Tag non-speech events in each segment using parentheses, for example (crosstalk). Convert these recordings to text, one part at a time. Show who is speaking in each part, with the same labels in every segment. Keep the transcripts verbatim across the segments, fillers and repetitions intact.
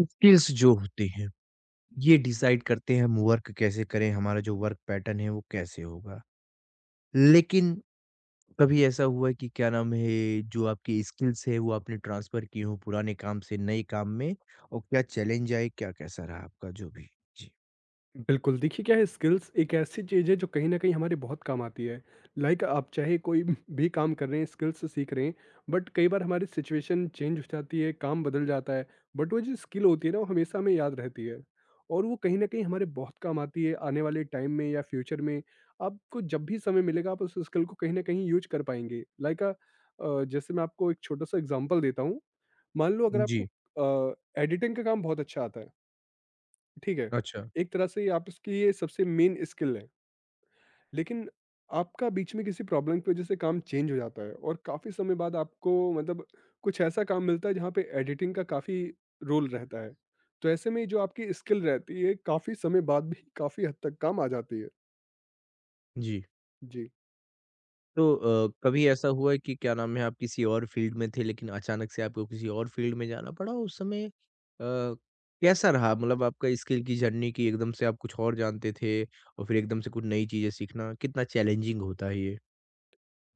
Speaker 1: Skills जो होते हैं, ये डिसाइड करते हैं हम वर्क कैसे करें, हमारा जो वर्क पैटर्न है वो कैसे होगा। लेकिन कभी ऐसा हुआ है कि क्या नाम है, जो आपकी स्किल्स है वो आपने ट्रांसफ़र की हो पुराने काम से नए काम में और क्या चैलेंज आए, क्या कैसा रहा आपका जो भी? जी।
Speaker 2: बिल्कुल, देखिए क्या है स्किल्स एक ऐसी चीज़ है जो कहीं न कहीं हमारे बहुत काम आती है। लाइक आप चाहे कोई भी काम कर रहे हैं, स्किल्स सीख रहे हैं, बट कई बार हमारी सिचुएशन चेंज हो जाती है, काम बदल जाता है, बट वो जो स्किल होती है ना, वो हमेशा हमें याद रहती है और वो कहीं न कहीं हमारे बहुत काम आती है आने वाले टाइम में या फ्यूचर में। आपको जब भी समय मिलेगा, आप उस स्किल को कहीं न कहीं यूज़ कर पाएँगे। लाइक अ अ, जैसे मैं आपको एक छोटा-सा एग्ज़ाम्पल देता हूँ। मान लो अगर आपको
Speaker 1: जी,
Speaker 2: अ, एडिटिंग का काम बहुत अच्छा आता है ठीक है।
Speaker 1: अच्छा।
Speaker 2: एक तरह से ये आपकी ये सबसे मेन स्किल है। लेकिन आपका बीच में किसी प्रॉब्लम की वजह से काम चेंज हो जाता है और काफ़ी समय बाद आपको मतलब कुछ ऐसा काम मिलता है जहाँ पे एडिटिंग का काफ़ी रोल रहता है। तो ऐसे में जो आपकी स्किल रहती है काफ़ी समय बाद भी काफ़ी हद तक काम आ जाती है।
Speaker 1: जी।
Speaker 2: जी।
Speaker 1: तो अ, कभी ऐसा हुआ है कि क्या नाम है आप किसी और फ़ील्ड में थे लेकिन अचानक से आपको किसी और फ़ील्ड में जाना पड़ा उस समय अ, कैसा रहा? मतलब आपका स्किल की जर्नी कि एकदम से आप कुछ और जानते थे और फिर एकदम से कुछ नई चीज़ें सीखना कितना चैलेंजिंग होता है ये?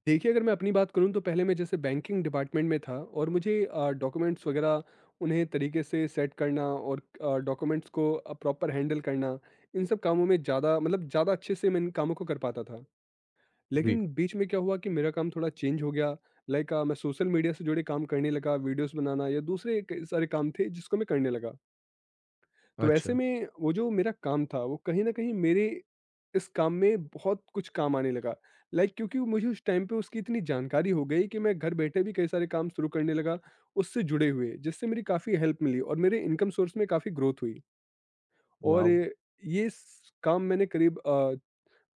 Speaker 2: देखिए, अगर मैं अपनी बात करूँ तो पहले मैं जैसे बैंकिंग डिपार्टमेंट में था और मुझे अ, डॉक्यूमेंट्स वगैरह उन्हें तरीके से सेट करना और अ, डॉक्यूमेंट्स को अ, प्रॉपर हैंडल करना, इन सब कामों में ज़्यादा मतलब ज़्यादा अच्छे से मैं इन कामों को कर पाता था।
Speaker 1: जी।
Speaker 2: लेकिन बीच में क्या हुआ कि मेरा काम थोड़ा चेंज हो गया, लाइक मैं सोशल मीडिया से जुड़े काम करने लगा, वीडियोज़ बनाना या दूसरे कई सारे काम थे जिसको मैं करने लगा। तो
Speaker 1: अच्छा,
Speaker 2: ऐसे में वो जो मेरा काम था, वो कहीं न कहीं मेरे इस काम में बहुत कुछ काम आने लगा। लाइक क्योंकि वो मुझे उस टाइम पे उसकी इतनी जानकारी हो गई कि मैं घर बैठे भी कई सारे काम शुरू करने लगा, उससे जुड़े हुए, जिससे मेरी काफ़ी हेल्प मिली और मेरे इनकम सोर्स में काफ़ी ग्रोथ हुई। और
Speaker 1: वॉव!
Speaker 2: ये स काम मैंने करीब अ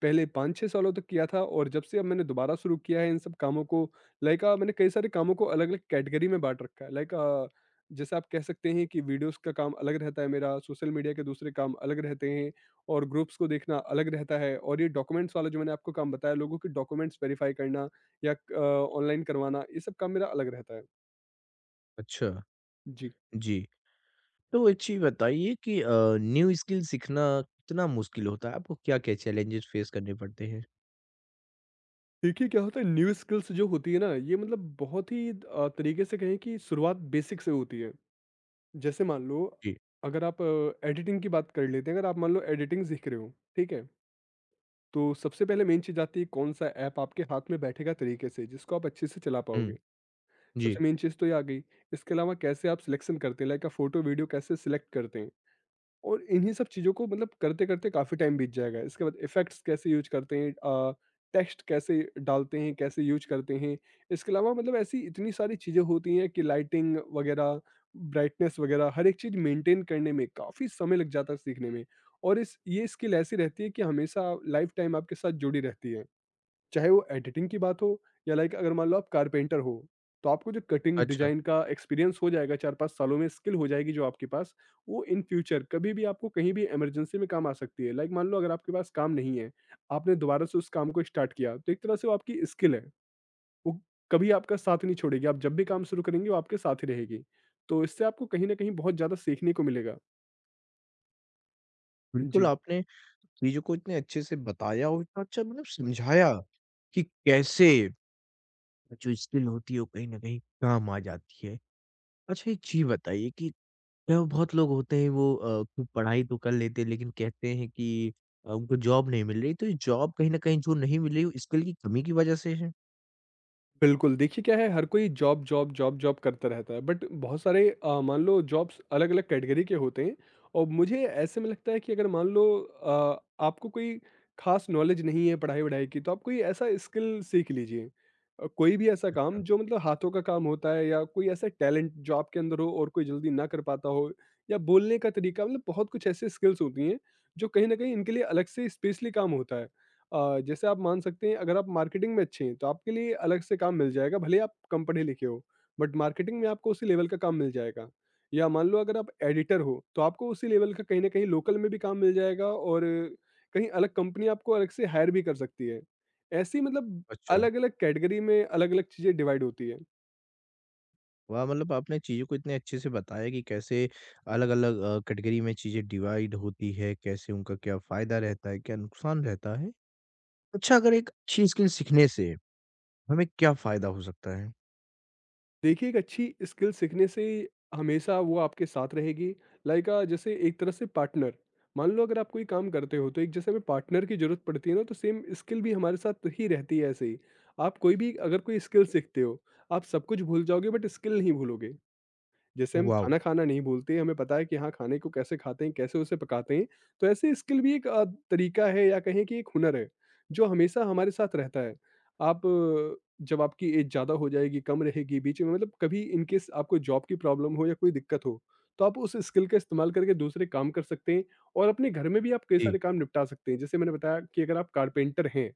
Speaker 2: पहले पाँच छह सालों तक किया था और जब से अब मैंने दोबारा शुरू किया है इन सब कामों को। लाइक अ, मैंने कई सारे कामों को अलग-अलग कैटेगरी में बाँट रखा है। लाइक अ, जैसे आप कह सकते हैं कि वीडियोज़ का काम अलग रहता है मेरा, सोशल मीडिया के दूसरे काम अलग रहते हैं और ग्रुप्स को देखना अलग रहता है और ये डॉक्यूमेंट्स वाला जो मैंने आपको काम बताया लोगों के डॉक्यूमेंट्स वेरीफ़ाई करना या क अ, ऑनलाइन करवाना, ये सब काम मेरा अलग रहता है।
Speaker 1: अच्छा,
Speaker 2: जी।
Speaker 1: जी। तो एक चीज़ बताइए कि अ, न्यू स्किल सीखना कितना मुश्किल होता है? आपको क्या-क्या चैलेंजेस फ़ेस करने पड़ते हैं?
Speaker 2: देखिए क्या होता है न्यू स्किल्स जो होती है ना, ये मतलब बहुत ही अ, तरीके से कहें कि शुरुआत बेसिक से होती है। जैसे मान लो
Speaker 1: जी।
Speaker 2: अगर आप एडिटिंग की बात कर लेते हैं अगर आप मान लो एडिटिंग सीख रहे हो ठीक है तो सबसे पहले मेन चीज़ आती है कौन सा ऐप आपके हाथ में बैठेगा तरीके से जिसको आप अच्छे से चला
Speaker 1: हुँ,
Speaker 2: पाओगे।
Speaker 1: जी।
Speaker 2: सबसे मेन चीज़ तो ये आ गई। इसके अलावा कैसे आप सिलेक्शन करते हैं लाइक आप फोटो वीडियो कैसे सिलेक्ट करते हैं और इन्हीं सब चीज़ों को मतलब करते-करते काफ़ी टाइम बीत जाएगा। इसके बाद इफ़ेक्ट्स कैसे यूज़ करते हैं, अ, टेक्स्ट कैसे डालते हैं, कैसे यूज़ करते हैं। इसके अलावा मतलब ऐसी इतनी सारी चीज़ें होती हैं कि लाइटिंग वगैरह, ब्राइटनेस वगैरह हर एक चीज़ मेंटेन करने में काफ़ी समय लग जाता है सीखने में और इस ये स्किल ऐसी रहती है कि हमेशा लाइफ़ टाइम आपके साथ जुड़ी रहती है। चाहे वो एडिटिंग की बात हो या लाइक अगर मान लो आप कारपेंटर हो तो आपको जो कटिंग
Speaker 1: अच्छा।
Speaker 2: डिजाइन का एक्सपीरियंस हो जाएगा चार पाँच सालों में स्किल हो जाएगी जो आपके पास, वो इन फ्यूचर कभी भी आपको कहीं भी इमरजेंसी में काम आ सकती है। लाइक मान लो अगर आपके पास काम नहीं है आपने दोबारा से उस काम को स्टार्ट किया तो एक तरह से वो आपकी स्किल है, वो कभी आपका साथ नहीं छोड़ेगी। आप जब भी काम शुरू करेंगे वो आपके साथ ही रहेगी, तो इससे आपको कहीं ना कहीं बहुत ज़्यादा सीखने को मिलेगा।
Speaker 1: बिल्कुल,
Speaker 2: जी।
Speaker 1: आपने चीज़ों को इतने अच्छे से बताया और इतना अच्छा मतलब समझाया कि कैसे जो स्किल होती है वो कहीं न कहीं काम आ जाती है। अच्छा एक चीज़ बताइए कि क्या बहुत लोग होते हैं वो अ, खूब पढ़ाई तो कर लेते हैं लेकिन कहते हैं कि अ, उनको जॉब नहीं मिल रही, तो ये जॉब कहीं न कहीं जो नहीं मिल रही वो स्किल की कमी की वजह से है?
Speaker 2: बिल्कुल, देखिए क्या है हर कोई जॉब, जॉब, जॉब, जॉब करता रहता है बट बहुत सारे अ, मान लो जॉब्स अलग-अलग कैटेगरी के होते हैं और मुझे ऐसे में लगता है कि अगर मान लो अ, आपको कोई खास नॉलेज नहीं है पढ़ाई-वढ़ाई की तो आप कोई ऐसा स्किल सीख लीजिए। अ, कोई भी ऐसा
Speaker 1: अच्छा,
Speaker 2: काम जो मतलब हाथों का काम होता है या कोई ऐसा टैलेंट जो आपके अंदर हो और कोई जल्दी ना कर पाता हो या बोलने का तरीका मतलब बहुत कुछ ऐसे स्किल्स होती हैं जो कहीं न कहीं इनके लिए अलग से स्पेशली काम होता है। अ, जैसे आप मान सकते हैं अगर आप मार्केटिंग में अच्छे हैं तो आपके लिए अलग से काम मिल जाएगा भले आप कम पढ़े लिखे हो बट मार्केटिंग में आपको उसी लेवल का काम मिल जाएगा। या मान लो अगर आप एडिटर हो तो आपको उसी लेवल का कहीं ना कहीं लोकल में भी काम मिल जाएगा और कहीं अलग कंपनी आपको अलग से हायर भी कर सकती है। ऐसी मतलब
Speaker 1: अच्छा।
Speaker 2: अलग अलग कैटेगरी में अलग अलग चीज़ें डिवाइड होती है।
Speaker 1: वाह! मतलब आपने चीज़ों को इतने अच्छे से बताया कि कैसे अलग-अलग अ, कैटेगरी में चीज़ें डिवाइड होती है, कैसे उनका क्या फ़ायदा रहता है, क्या नुकसान रहता है। अच्छा, अगर एक अच्छी स्किल सीखने से हमें क्या फ़ायदा हो सकता है?
Speaker 2: देखिए, एक अच्छी स्किल सीखने से हमेशा वो आपके साथ रहेगी। लाइक अ, जैसे एक तरह से पार्टनर। मान लो अगर आप कोई काम करते हो, तो एक जैसे हमें पार्टनर की ज़रूरत पड़ती है ना, तो सेम स्किल भी हमारे साथ ही रहती है ऐसे ही। आप कोई भी अगर कोई स्किल सीखते हो, आप सब कुछ भूल जाओगे बट स्किल नहीं भूलोगे। जैसे हम
Speaker 1: वॉव!
Speaker 2: खाना खाना नहीं बोलते, हमें पता है कि हाँ, खाने को कैसे खाते हैं, कैसे उसे पकाते हैं। तो ऐसे स्किल भी एक अ, तरीका है या कहें कि एक हुनर है, जो हमेशा हमारे साथ रहता है। आप अ, जब आपकी एज ज़्यादा हो जाएगी, कम रहेगी, बीच में मतलब कभी इन केस आपको जॉब की प्रॉब्लम हो या कोई दिक्कत हो, तो आप उस स्किल का इस्तेमाल करके दूसरे काम कर सकते हैं और अपने घर में भी आप कई
Speaker 1: जी।
Speaker 2: सारे काम निपटा सकते हैं। जैसे मैंने बताया कि अगर आप कारपेंटर हैं,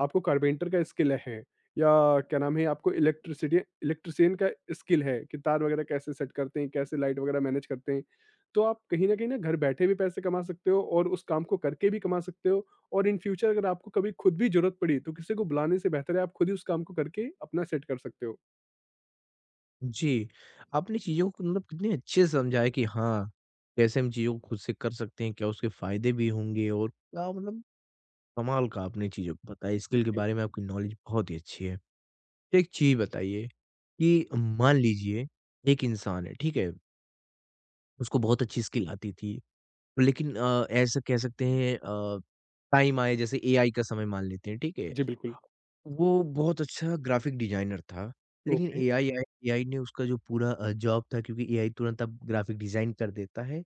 Speaker 2: आपको कारपेंटर का स्किल है। या क्या नाम है आपको इलेक्ट्रिसिटी इलेक्ट्रिशियन का स्किल है कि तार वगैरह कैसे सेट करते हैं, कैसे लाइट वगैरह मैनेज करते हैं। तो आप कहीं न कहीं ना घर बैठे भी पैसे कमा सकते हो और उस काम को करके भी कमा सकते हो और इन फ्यूचर अगर आपको कभी खुद भी ज़रूरत पड़ी तो किसी को बुलाने से बेहतर है आप खुद ही उस काम को करके अपना सेट कर सकते हो।
Speaker 1: जी, आपने चीज़ों को मतलब कितने अच्छे से समझा है कि हाँ, कैसे हम चीज़ों को खुद से कर सकते हैं, क्या उसके फ़ायदे भी होंगे और क्या मतलब कमाल का आपने चीज़ों को बताया, स्किल के
Speaker 2: जी,
Speaker 1: बारे में आपकी नॉलेज बहुत ही अच्छी है। एक चीज़ बताइए कि मान लीजिए एक इंसान है, ठीक है? उसको बहुत अच्छी स्किल आती थी लेकिन अ, ऐसा कह सकते हैं अ, टाइम आए जैसे एआई का समय मान लेते हैं, ठीक है?
Speaker 2: जी, बिल्कुल।
Speaker 1: वो बहुत अच्छा ग्राफ़िक डिज़ाइनर था, लेकिन
Speaker 2: ओके।
Speaker 1: एआई आए एआई ने उसका जो पूरा अ, जॉब था क्योंकि एआई तुरंत अब ग्राफ़िक डिज़ाइन कर देता है।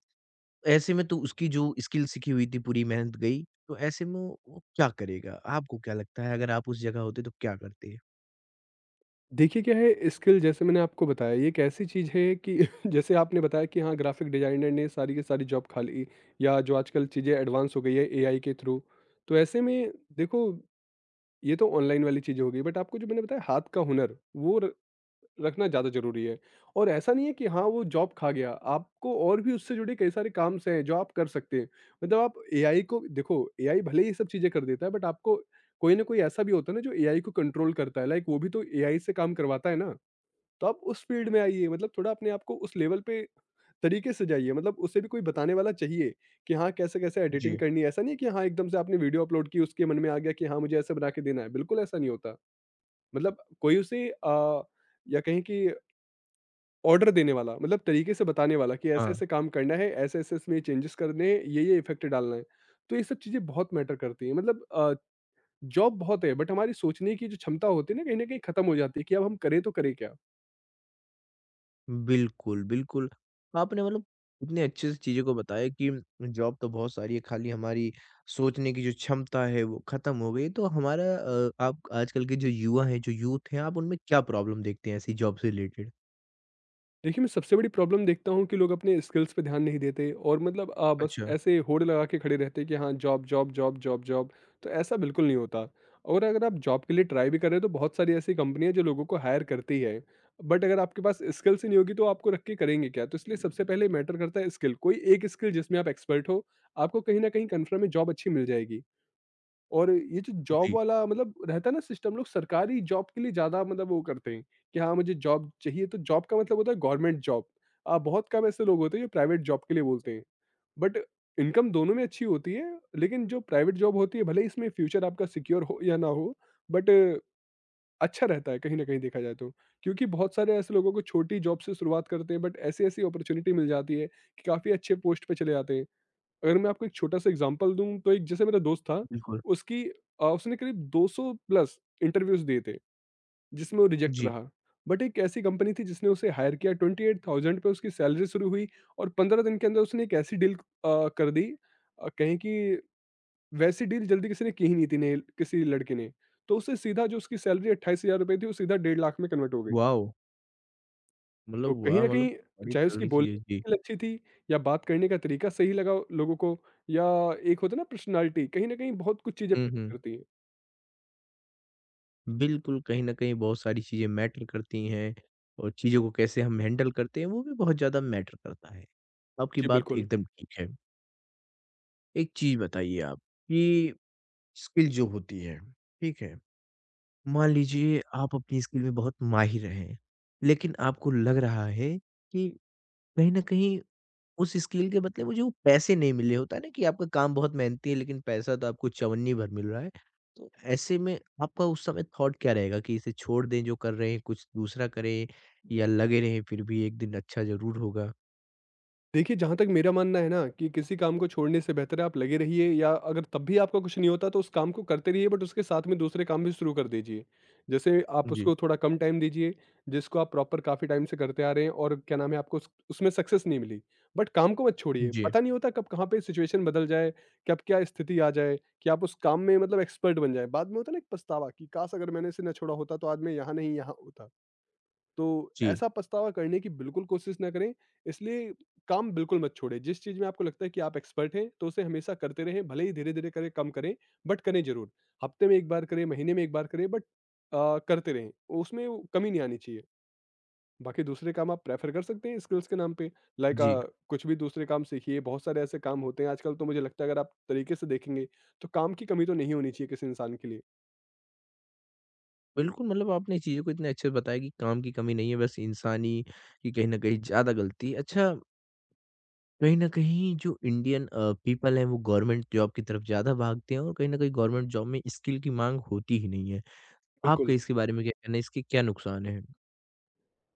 Speaker 1: ऐसे में तो उसकी जो स्किल सीखी हुई थी पूरी मेहनत गई, तो ऐसे में वो वो क्या करेगा? आपको क्या लगता है अगर आप उस जगह होते तो क्या करते?
Speaker 2: देखिए क्या है स्किल जैसे मैंने आपको बताया ये एक ऐसी चीज़ है कि (laughs) जैसे आपने बताया कि हाँ, ग्राफिक डिज़ाइनर ने सारी की सारी जॉब खा ली या जो आजकल चीज़ें एडवांस हो गई है एआई के थ्रू। तो ऐसे में देखो ये तो ऑनलाइन वाली चीज़ें हो गई बट आपको जो मैंने बताया हाथ का हुनर वो र- रखना ज़्यादा ज़रूरी है और ऐसा नहीं है कि हाँ वो जॉब खा गया, आपको और भी उससे जुड़े कई सारे काम से हैं जो आप कर सकते हैं। मतलब आप एआई को देखो एआई भले ही सब चीज़ें कर देता है बट आपको कोई ना कोई ऐसा भी होता है ना जो एआई को कंट्रोल करता है। लाइक वो भी तो एआई से काम करवाता है ना, तो आप उस फील्ड में आइए मतलब थोड़ा अपने आप को उस लेवल पे तरीके से जाइए। मतलब उसे भी कोई बताने वाला चाहिए कि हाँ कैसे-कैसे एडिटिंग
Speaker 1: जी।
Speaker 2: करनी है। ऐसा नहीं है कि हाँ एकदम से आपने वीडियो अपलोड की उसके मन में आ गया कि हाँ मुझे ऐसा बना के देना है, बिल्कुल ऐसा नहीं होता। मतलब कोई उसे अ, या कहें कि ऑर्डर देने वाला मतलब तरीके से बताने वाला कि
Speaker 1: हाँ।
Speaker 2: ऐसे-ऐसे काम करना है, ऐसे-ऐसे इसमें चेंजेस करने हैं, ये-ये इफ़ेक्ट डालना है। तो ये सब चीज़ें बहुत मैटर करती हैं। मतलब अ, जॉब बहुत है बट हमारी सोचने की जो क्षमता होती है ना, कहीं न कहीं खत्म हो जाती है कि अब हम करें तो करें क्या?
Speaker 1: बिल्कुल, बिल्कुल। आपने मतलब इतने अच्छे से चीज़ों को बताया कि जॉब तो बहुत सारी है, खाली हमारी सोचने की जो क्षमता है वो खत्म हो गई है। तो हमारा अ, आप आजकल के जो युवा हैं, जो यूथ हैं, आप उनमें क्या प्रॉब्लम देखते हैं ऐसी जॉब से रिलेटेड?
Speaker 2: देखिए, मैं सबसे बड़ी प्रॉब्लम देखता हूँ कि लोग अपने स्किल्स पे ध्यान नहीं देते और मतलब अ, बस
Speaker 1: अच्छा,
Speaker 2: ऐसे होड़ लगा के खड़े रहते हैं कि हाँ, job, job, job, job, job, तो ऐसा बिल्कुल नहीं होता। और अगर आप जॉब के लिए ट्राई भी कर रहे हो, तो बहुत सारी ऐसी कंपनी है जो लोगों को हायर करती है। बट अगर आपके पास स्किल्स ही नहीं होगी, तो आपको रख के करेंगे क्या? तो इसलिए सबसे पहले मैटर करता है स्किल। कोई एक स्किल जिसमें आप एक्सपर्ट हो, आपको कहीं न कहीं कन्फर्म में जॉब अच्छी मिल जाएगी। और ये जो जॉब
Speaker 1: जी।
Speaker 2: वाला मतलब रहता है ना सिस्टम, लोग सरकारी जॉब के लिए ज़्यादा मतलब वो करते हैं कि हाँ, मुझे जॉब चाहिए, तो जॉब का मतलब होता है गवर्नमेंट जॉब। आ, बहुत कम ऐसे लोग होते हैं जो प्राइवेट जॉब के लिए बोलते हैं। बट इनकम दोनों में अच्छी होती है, लेकिन जो प्राइवेट जॉब होती है, भले ही इसमें फ्यूचर आपका सिक्योर हो या ना हो, बट अच्छा रहता है कहीं ना कहीं देखा जाए तो। क्योंकि बहुत सारे ऐसे लोगों को छोटी जॉब से शुरुआत करते हैं, बट ऐसी ऐसी अपॉर्चुनिटी मिल जाती है कि काफ़ी अच्छे पोस्ट पे चले जाते हैं। अगर मैं आपको एक छोटा-सा एग्ज़ाम्पल दूँ, तो एक जैसे मेरा दोस्त था,
Speaker 1: बिल्कुल,
Speaker 2: उसकी अ, उसने करीब दो सौ प्लस इंटरव्यूज़ दिए थे, जिसमें वो रिजेक्ट
Speaker 1: जी।
Speaker 2: रहा। बट एक ऐसी कंपनी थी जिसने उसे हायर किया, अट्ठाईस हज़ार पे उसकी सैलरी शुरू हुई और पंद्रह दिन के अंदर उसने एक ऐसी डील अ, कर दी, अ, कहें कि वैसी डील जल्दी किसी ने की ही नहीं थी ने किसी लड़के ने। तो उससे सीधा जो उसकी सैलरी अट्ठाईस हज़ार रुपए थी, वो सीधा डेढ़ लाख में कन्वर्ट हो गई।
Speaker 1: वॉव! मतलब
Speaker 2: तो कहीं
Speaker 1: वाह!
Speaker 2: न
Speaker 1: मतलब
Speaker 2: कहीं,
Speaker 1: बड़ी
Speaker 2: चाहे उसकी
Speaker 1: तगड़ी
Speaker 2: बोलने
Speaker 1: चीज़ है।
Speaker 2: की
Speaker 1: जी।
Speaker 2: स्किल अच्छी थी या बात करने का तरीका सही लगा लोगों को, या एक होता है ना पर्सनैलिटी, कहीं न कहीं बहुत कुछ चीज़ें
Speaker 1: हुँ, हुँ।
Speaker 2: मैटर करती हैं।
Speaker 1: बिल्कुल, कहीं न कहीं बहुत सारी चीज़ें मैटर करती हैं और चीज़ों को कैसे हम हैंडल करते हैं, वो भी बहुत ज़्यादा मैटर करता है। आपकी
Speaker 2: जी,
Speaker 1: बात
Speaker 2: बिल्कुल।
Speaker 1: एकदम ठीक है। एक चीज बताइए आप कि स्किल जो होती है, ठीक है? मान लीजिए आप अपनी स्किल में बहुत माहिर हैं, लेकिन आपको लग रहा है कि कहीं न कहीं उस स्किल के बदले मुझे वो पैसे नहीं मिले। होता है ना कि आपका काम बहुत मेहनती है लेकिन पैसा तो आपको चवन्नी भर मिल रहा है। तो ऐसे में आपका उस समय थॉट क्या रहेगा कि इसे छोड़ दें जो कर रहे हैं, कुछ दूसरा करें या लगे रहें फिर भी एक दिन अच्छा ज़रूर होगा?
Speaker 2: देखिए, जहाँ तक मेरा मानना है ना कि किसी काम को छोड़ने से बेहतर है आप लगे रहिए, या अगर तब भी आपका कुछ नहीं होता तो उस काम को करते रहिए, बट उसके साथ में दूसरे काम भी शुरू कर दीजिए। जैसे आप
Speaker 1: जी,
Speaker 2: उसको थोड़ा कम टाइम दीजिए, जिसको आप प्रॉपर काफ़ी टाइम से करते आ रहे हैं और क्या नाम है आपको उस उसमें सक्सेस नहीं मिली। बट काम को मत छोड़िए,
Speaker 1: जी,
Speaker 2: पता नहीं होता कब कहाँ पे सिचुएशन बदल जाए, कब क्या स्थिति आ जाए कि आप उस काम में मतलब एक्सपर्ट बन जाएँ। बाद में होता है ना एक पछतावा कि काश अगर मैंने इसे ना छोड़ा होता तो आज मैं यहाँ नहीं यहाँ होता। तो
Speaker 1: जी,
Speaker 2: ऐसा पछतावा करने की बिल्कुल कोशिश ना करें, इसलिए काम बिल्कुल मत छोड़ें। जिस चीज़ में आपको लगता है कि आप एक्सपर्ट हैं, तो उसे हमेशा करते रहें, भले ही धीरे-धीरे करें, कम करें, बट करें ज़रूर। हफ्ते में एक बार करें, महीने में एक बार करें, बट अ, करते रहें। उसमें वो कमी नहीं आनी चाहिए। बाकी दूसरे काम आप प्रेफ़र कर सकते हैं स्किल्स के नाम पे, लाइक
Speaker 1: जी।
Speaker 2: अ, कुछ भी दूसरे काम सीखिए, बहुत सारे ऐसे काम होते हैं आजकल तो मुझे लगता है अगर आप तरीके से देखेंगे, तो काम की कमी तो नहीं होनी चाहिए किसी इंसान के लिए।
Speaker 1: बिल्कुल, मतलब आपने चीज़ों को इतने अच्छे से बताया कि काम की कमी नहीं है, बस इंसानी की कहीं न कहीं ज़्यादा गलती है। अच्छा, कहीं न कहीं जो इंडियन अ, पीपल हैं, वो गवर्नमेंट जॉब की तरफ ज़्यादा भागते हैं और कहीं न कहीं गवर्नमेंट जॉब में स्किल की माँग होती ही नहीं है। आपका
Speaker 2: बिल्कुल।
Speaker 1: इसके बारे में क्या कहना है, इसके क्या नुकसान हैं?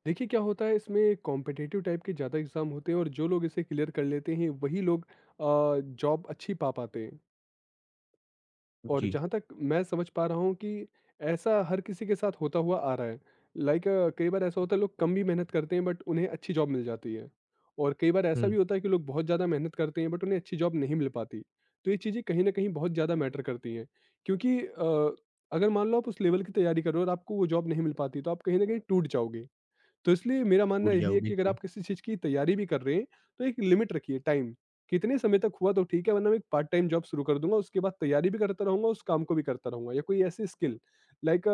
Speaker 2: देखिए क्या होता है इसमें कॉम्पिटिटिव टाइप के ज़्यादा एग्ज़ाम होते हैं और जो लोग इसे क्लियर कर लेते हैं वही लोग जॉब अच्छी पा पाते हैं। और
Speaker 1: जी।
Speaker 2: जहाँ तक मैं समझ पा रहा हूँ कि ऐसा हर किसी के साथ होता हुआ आ रहा है, लाइक कई बार ऐसा होता है लोग कम भी मेहनत करते हैं बट उन्हें अच्छी जॉब मिल जाती है, और कई बार ऐसा
Speaker 1: हुँ,
Speaker 2: भी होता है कि लोग बहुत ज़्यादा मेहनत करते हैं बट उन्हें अच्छी जॉब नहीं मिल पाती। तो ये चीज़ें कहीं ना कहीं बहुत ज़्यादा मैटर करती हैं, क्योंकि अ, अगर मान लो आप उस लेवल की तैयारी कर रहे हो और आपको वो जॉब नहीं मिल पाती, तो आप कहीं ना कहीं टूट जाओगे। तो इसलिए मेरा मानना
Speaker 1: छूट
Speaker 2: यही है
Speaker 1: जाओगे।
Speaker 2: कि अगर
Speaker 1: जी।
Speaker 2: आप किसी चीज़ की तैयारी भी कर रहे हैं, तो एक लिमिट रखिए टाइम, कितने समय तक हुआ तो ठीक है, वरना मैं एक पार्ट टाइम जॉब शुरू कर दूंगा, उसके बाद तैयारी भी करता रहूंगा, उस काम को भी करता रहूंगा, या कोई ऐसी स्किल, लाइक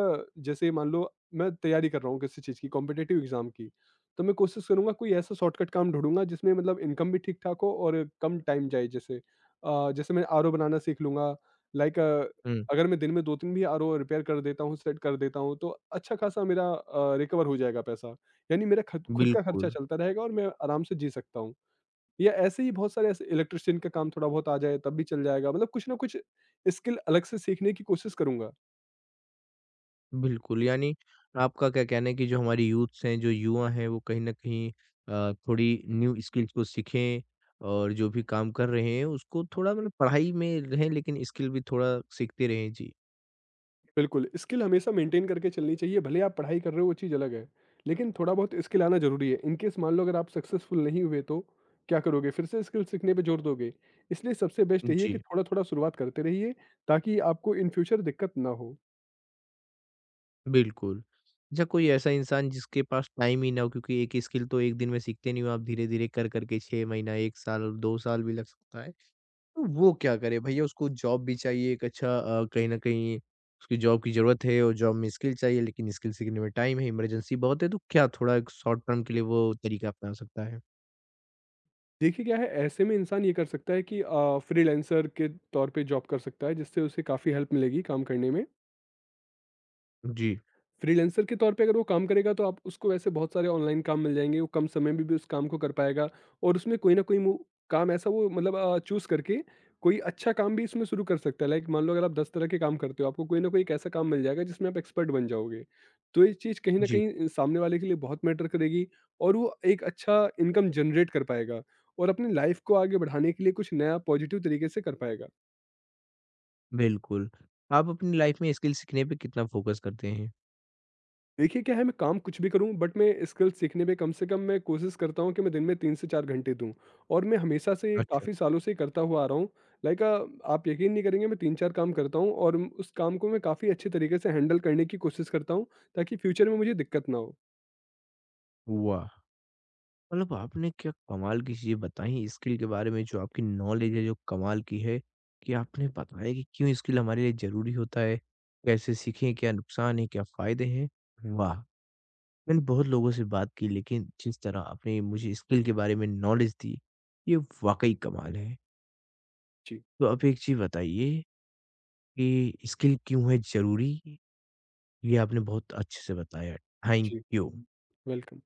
Speaker 2: जैसे मान लो मैं तैयारी कर रहा हूँ किसी चीज़ की कॉम्पिटेटिव एग्जाम की, तो मैं कोशिश करूंगा कोई ऐसा शॉर्टकट काम ढूंढूंगा जिसमें मतलब इनकम भी ठीक ठाक हो और कम टाइम जाए। जैसे अ, जैसे मैं आर बनाना सीख लूंगा, लाइक
Speaker 1: हुँ,
Speaker 2: अगर मैं दिन में दो तीन भी आर रिपेयर कर देता हूँ, सेट कर देता हूँ, तो अच्छा खासा मेरा रिकवर हो जाएगा पैसा, यानी मेरा खद खुद का खर्चा
Speaker 1: बिल्कुल।
Speaker 2: चलता रहेगा और मैं आराम से जी सकता हूँ। या ऐसे ही बहुत सारे ऐसे इलेक्ट्रीशियन का काम थोड़ा बहुत आ जाए तब भी चल जाएगा, मतलब कुछ ना कुछ स्किल अलग से सीखने की कोशिश करूँगा।
Speaker 1: बिल्कुल, यानी आपका क्या कहना है कि जो हमारी यूथ्स हैं, जो युवा हैं, वो कहीं न कहीं अ, थोड़ी न्यू स्किल्स को सीखें और जो भी काम कर रहे हैं, उसको थोड़ा मतलब पढ़ाई में रहें, लेकिन स्किल भी थोड़ा सीखते रहें। जी।
Speaker 2: बिल्कुल, स्किल हमेशा मेंटेन करके चलनी चाहिए, भले आप पढ़ाई कर रहे हो वो चीज़ अलग है, लेकिन थोड़ा बहुत स्किल आना ज़रूरी है। इन केस मान लो अगर आप सक्सेसफुल नहीं हुए तो क्या करोगे? फिर से स्किल सीखने पे जोर दोगे। इसलिए सबसे बेस्ट यही है कि
Speaker 1: जी,
Speaker 2: थोड़ा-थोड़ा शुरुआत करते रहिए, ताकि आपको इन फ्यूचर दिक्कत ना हो।
Speaker 1: बिल्कुल। अच्छा, कोई ऐसा इंसान जिसके पास टाइम ही ना हो, क्योंकि एक स्किल तो एक दिन में सीखते नहीं हो आप धीरे-धीरे कर-कर के छह महीना, एक साल, दो साल भी लग सकता है। तो वो क्या करे भैया उसको जॉब भी चाहिए एक अच्छा अ, कहीं न कहीं उसकी जॉब की ज़रूरत है और जॉब में स्किल चाहिए लेकिन स्किल सीखने में टाइम है, इमरजेंसी बहुत है तो क्या थोड़ा एक शॉर्ट टर्म के लिए वो तरीका अपना सकता है?
Speaker 2: देखिए क्या है, ऐसे में इंसान ये कर सकता है कि फ्रीलांसर के तौर पे जॉब कर सकता है, जिससे उसे काफ़ी हेल्प मिलेगी काम करने में।
Speaker 1: जी,
Speaker 2: फ्रीलांसर के तौर पे अगर वो काम करेगा, तो आप उसको ऐसे बहुत सारे ऑनलाइन काम मिल जाएँगे, वो कम समय में भी उस काम को कर पाएगा और उसमें कोई ना कोई मु काम ऐसा वो मतलब अ, चूज़ करके कोई अच्छा काम भी इसमें शुरू कर सकता है। लाइक मान लो अगर आप दस तरह के काम करते हो, आपको कोई ना कोई एक ऐसा काम मिल जाएगा जिसमें आप एक्सपर्ट बन जाओगे। तो ये चीज़ कहीं न
Speaker 1: जी,
Speaker 2: कहीं सामने वाले के लिए बहुत मैटर करेगी और वो एक अच्छा इनकम जनरेट कर पाएगा और अपनी लाइफ को आगे बढ़ाने के लिए कुछ नया पॉजिटिव तरीके से कर पाएगा।
Speaker 1: बिल्कुल। आप अपनी लाइफ़ में स्किल सीखने पे कितना फ़ोकस करते हैं?
Speaker 2: देखिए क्या है, मैं काम कुछ भी करूँ बट मैं स्किल सीखने में कम से कम मैं कोशिश करता हूँ कि मैं दिन में तीन से चार घंटे दूँ, और मैं हमेशा से
Speaker 1: अच्छा,
Speaker 2: काफ़ी सालों से करता हुआ आ रहा हूँ। लाइक अ, आप यकीन नहीं करेंगे मैं तीन चार काम करता हूँ और म- उस काम को मैं काफ़ी अच्छे तरीके से हैंडल करने की कोशिश करता हूँ, ताकि फ्यूचर में मुझे दिक्कत ना हो।
Speaker 1: वाह! मतलब आपने क्या कमाल की चीज़ें बताई स्किल के बारे में जो आपकी नॉलेज है जो कमाल की है, कि आपने बताया कि क्यों स्किल हमारे लिए ज़रूरी होता है, कैसे सीखें, क्या नुकसान है, क्या फ़ायदे हैं? वाह! मैंने बहुत लोगों से बात की लेकिन जिस तरह आपने मुझे स्किल के बारे में नॉलेज दी ये वाकई कमाल है।
Speaker 2: जी,
Speaker 1: तो आप एक चीज़ बताइए कि स्किल क्यों है ज़रूरी? ये आपने बहुत अच्छे से बताया। थैंक
Speaker 2: जी,
Speaker 1: यू।
Speaker 2: वेलकम।